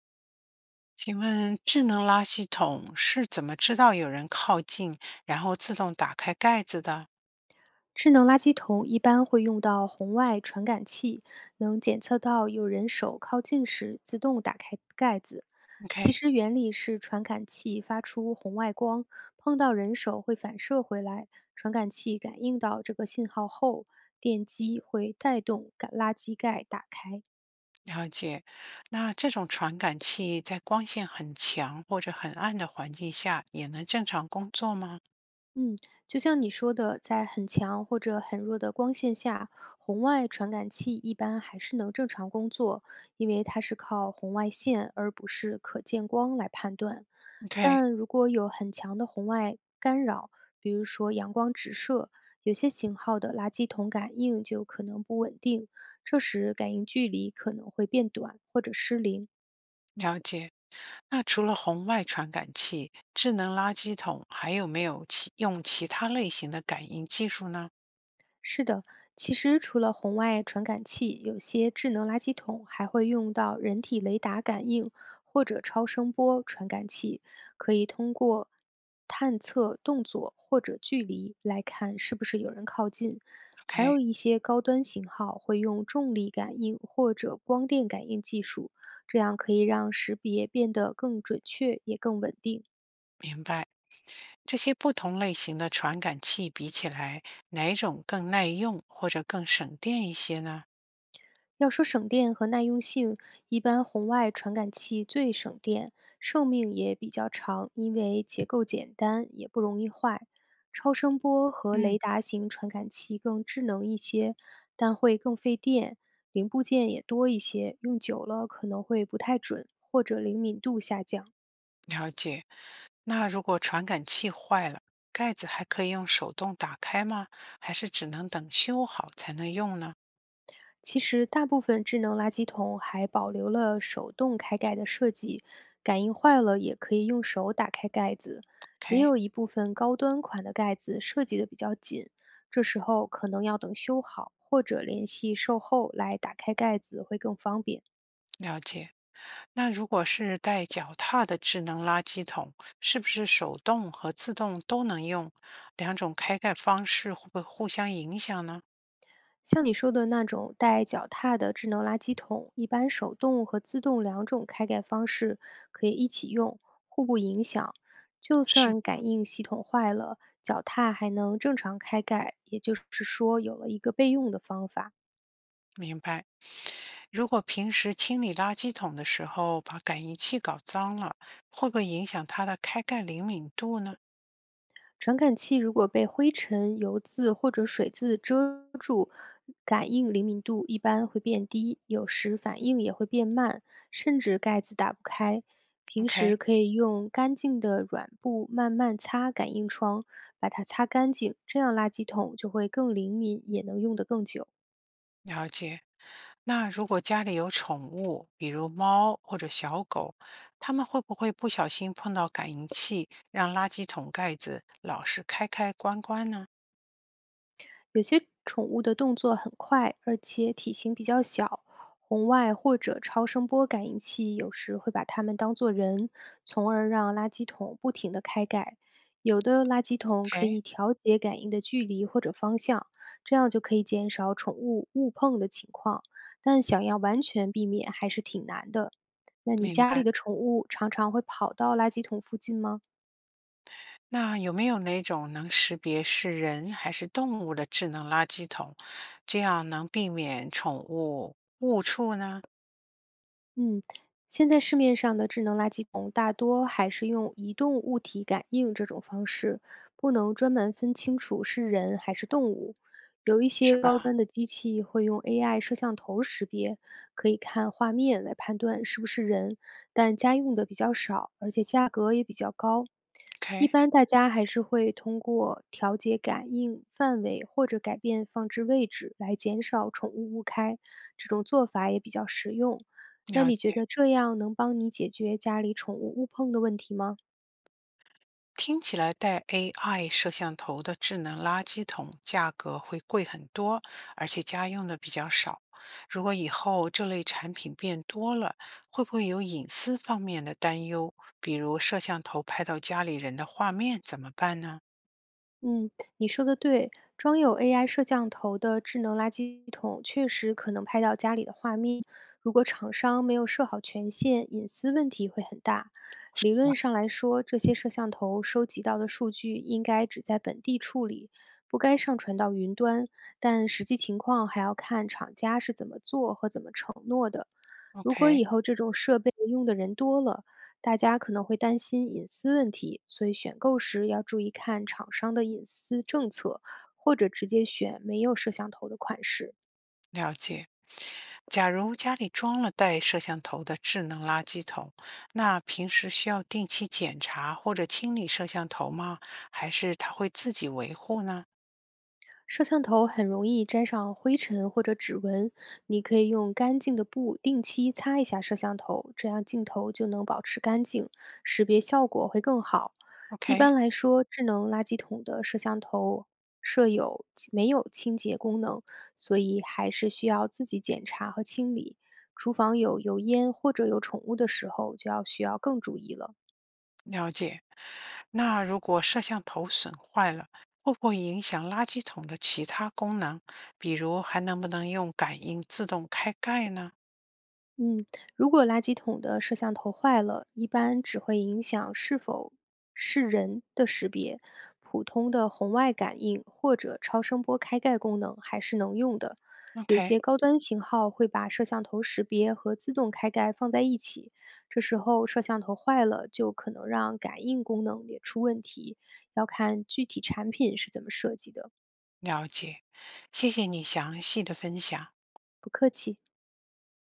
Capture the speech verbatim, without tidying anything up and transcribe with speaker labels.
Speaker 1: 请问智能垃圾桶是怎么知道有人靠近，然后自动打开盖子的
Speaker 2: 智能垃圾桶一般会用到红外传感器，能检测到有人手靠近时自动打开盖子。其
Speaker 1: ？OK，
Speaker 2: 实原理是传感器发出红外光，碰到人手会反射回来。传感器感应到这个信号后，电机会带动感垃圾盖打开。
Speaker 1: 了解。那这种传感器在光线很强或者很暗的环境下也能正常工作吗
Speaker 2: 嗯，就像你说的，在很强或者很弱的光线下，红外传感器一般还是能正常工作，因为它是靠红外线而不是可见光来判断。
Speaker 1: ？OK，
Speaker 2: 但如果有很强的红外干扰，比如说阳光直射，有些型号的垃圾桶感应就可能不稳定，这时感应距离可能会变短或者失灵。
Speaker 1: 了解。那除了红外传感器，智能垃圾桶还有没有其用其他类型的感应技术呢
Speaker 2: 是的，其实除了红外传感器，有些智能垃圾桶还会用到人体雷达感应或者超声波传感器，可以通过探测动作或者距离来看是不是有人靠近。还
Speaker 1: ？OK，
Speaker 2: 有一些高端型号会用重力感应或者光电感应技术，这样可以让识别变得更准确也更稳定。
Speaker 1: 明白。这些不同类型的传感器比起来，哪种更耐用或者更省电一些呢？
Speaker 2: 要说省电和耐用性，一般红外传感器最省电，寿命也比较长，因为结构简单，也不容易坏。超声波和
Speaker 1: 嗯，
Speaker 2: 雷达型传感器更智能一些，但会更费电，零部件也多一些，用久了可能会不太准，或者灵敏度下降。
Speaker 1: 了解。那如果传感器坏了，盖子还可以用手动打开吗？还是只能等修好才能用呢
Speaker 2: 其实，大部分智能垃圾桶还保留了手动开盖的设计，感应坏了也可以用手打开盖子。也
Speaker 1: ？OK，
Speaker 2: 有一部分高端款的盖子设计的比较紧，这时候可能要等修好或者联系售后来打开盖子会更方便。
Speaker 1: 了解。那如果是带脚踏的智能垃圾桶，是不是手动和自动都能用？两种开盖方式会不会互相影响呢？
Speaker 2: 像你说的那种带脚踏的智能垃圾桶，一般手动和自动两种开盖方式可以一起用，互不影响。就
Speaker 1: 是
Speaker 2: 算感应系统坏了，脚踏还能正常开盖，也就是说有了一个备用的方法。
Speaker 1: 明白。如果平时清理垃圾桶的时候把感应器搞脏了，会不会影响它的开盖灵敏度呢
Speaker 2: 传感器如果被灰尘、油渍或者水渍遮住，感应灵敏度一般会变低，有时反应也会变慢，甚至盖子打不开。平
Speaker 1: ？OK，
Speaker 2: 时可以用干净的软布慢慢擦感应窗，把它擦干净，这样垃圾桶就会更灵敏，也能用得更久。
Speaker 1: 了解。那如果家里有宠物，比如猫或者小狗，它们会不会不小心碰到感应器，让垃圾桶盖子老是开开关关呢
Speaker 2: 有些宠物的动作很快，而且体型比较小，红外或者超声波感应器有时会把它们当作人，从而让垃圾桶不停地开盖。有的垃圾桶可
Speaker 1: ？OK，
Speaker 2: 以调节感应的距离或者方向，这样就可以减少宠物误碰的情况。但想要完全避免还是挺难的。那你
Speaker 1: 明
Speaker 2: 家里
Speaker 1: 白。
Speaker 2: 的宠物常常会跑到垃圾桶附近吗？
Speaker 1: 那有没有哪种能识别是人还是动物的智能垃圾桶，这样能避免宠物误触呢？
Speaker 2: 嗯，现在市面上的智能垃圾桶大多还是用移动物体感应这种方式，不能专门分清楚是人还是动物。有一
Speaker 1: 是
Speaker 2: 些高
Speaker 1: 吧？
Speaker 2: 端的机器会用 A I 摄像头识别，可以看画面来判断是不是人，但家用的比较少，而且价格也比较高。一
Speaker 1: OK，
Speaker 2: 般大家还是会通过调节感应范围或者改变放置位置来减少宠物误开，这种做法也比较实用。那
Speaker 1: 了
Speaker 2: 你觉
Speaker 1: 解。
Speaker 2: 得这样能帮你解决家里宠物误碰的问题吗？
Speaker 1: 听起来带 A I 摄像头的智能垃圾桶价格会贵很多，而且家用的比较少。如果以后这类产品变多了，会不会有隐私方面的担忧？比如摄像头拍到家里人的画面怎么办呢
Speaker 2: 嗯，你说的对，装有 A I 摄像头的智能垃圾桶确实可能拍到家里的画面，如果厂商没有设好权限，隐私问题会很大。理论上来说，这些摄像头收集到的数据应该只在本地处理，不该上传到云端，但实际情况还要看厂家是怎么做和怎么承诺的。如果
Speaker 1: ？OK，
Speaker 2: 以后这种设备用的人多了，大家可能会担心隐私问题，所以选购时要注意看厂商的隐私政策，或者直接选没有摄像头的款式。
Speaker 1: 了解。假如家里装了带摄像头的智能垃圾桶，那平时需要定期检查或者清理摄像头吗？还是它会自己维护呢？
Speaker 2: 摄像头很容易沾上灰尘或者指纹，你可以用干净的布定期擦一下摄像头，这样镜头就能保持干净，识别效果会更好。一
Speaker 1: OK，
Speaker 2: 般来说，智能垃圾桶的摄像头设有没有清洁功能，所以还是需要自己检查和清理。厨房有油烟或者有宠物的时候，就要需要更注意了。
Speaker 1: 了解。那如果摄像头损坏了，会不会影响垃圾桶的其他功能？比如还能不能用感应自动开盖呢
Speaker 2: 嗯，如果垃圾桶的摄像头坏了，一般只会影响是否是人的识别，普通的红外感应或者超声波开盖功能还是能用的。有
Speaker 1: ？OK，
Speaker 2: 些高端型号会把摄像头识别和自动开盖放在一起，这时候摄像头坏了就可能让感应功能也出问题，要看具体产品是怎么设计的。
Speaker 1: 了解。谢谢你详细的分享。
Speaker 2: 不客气。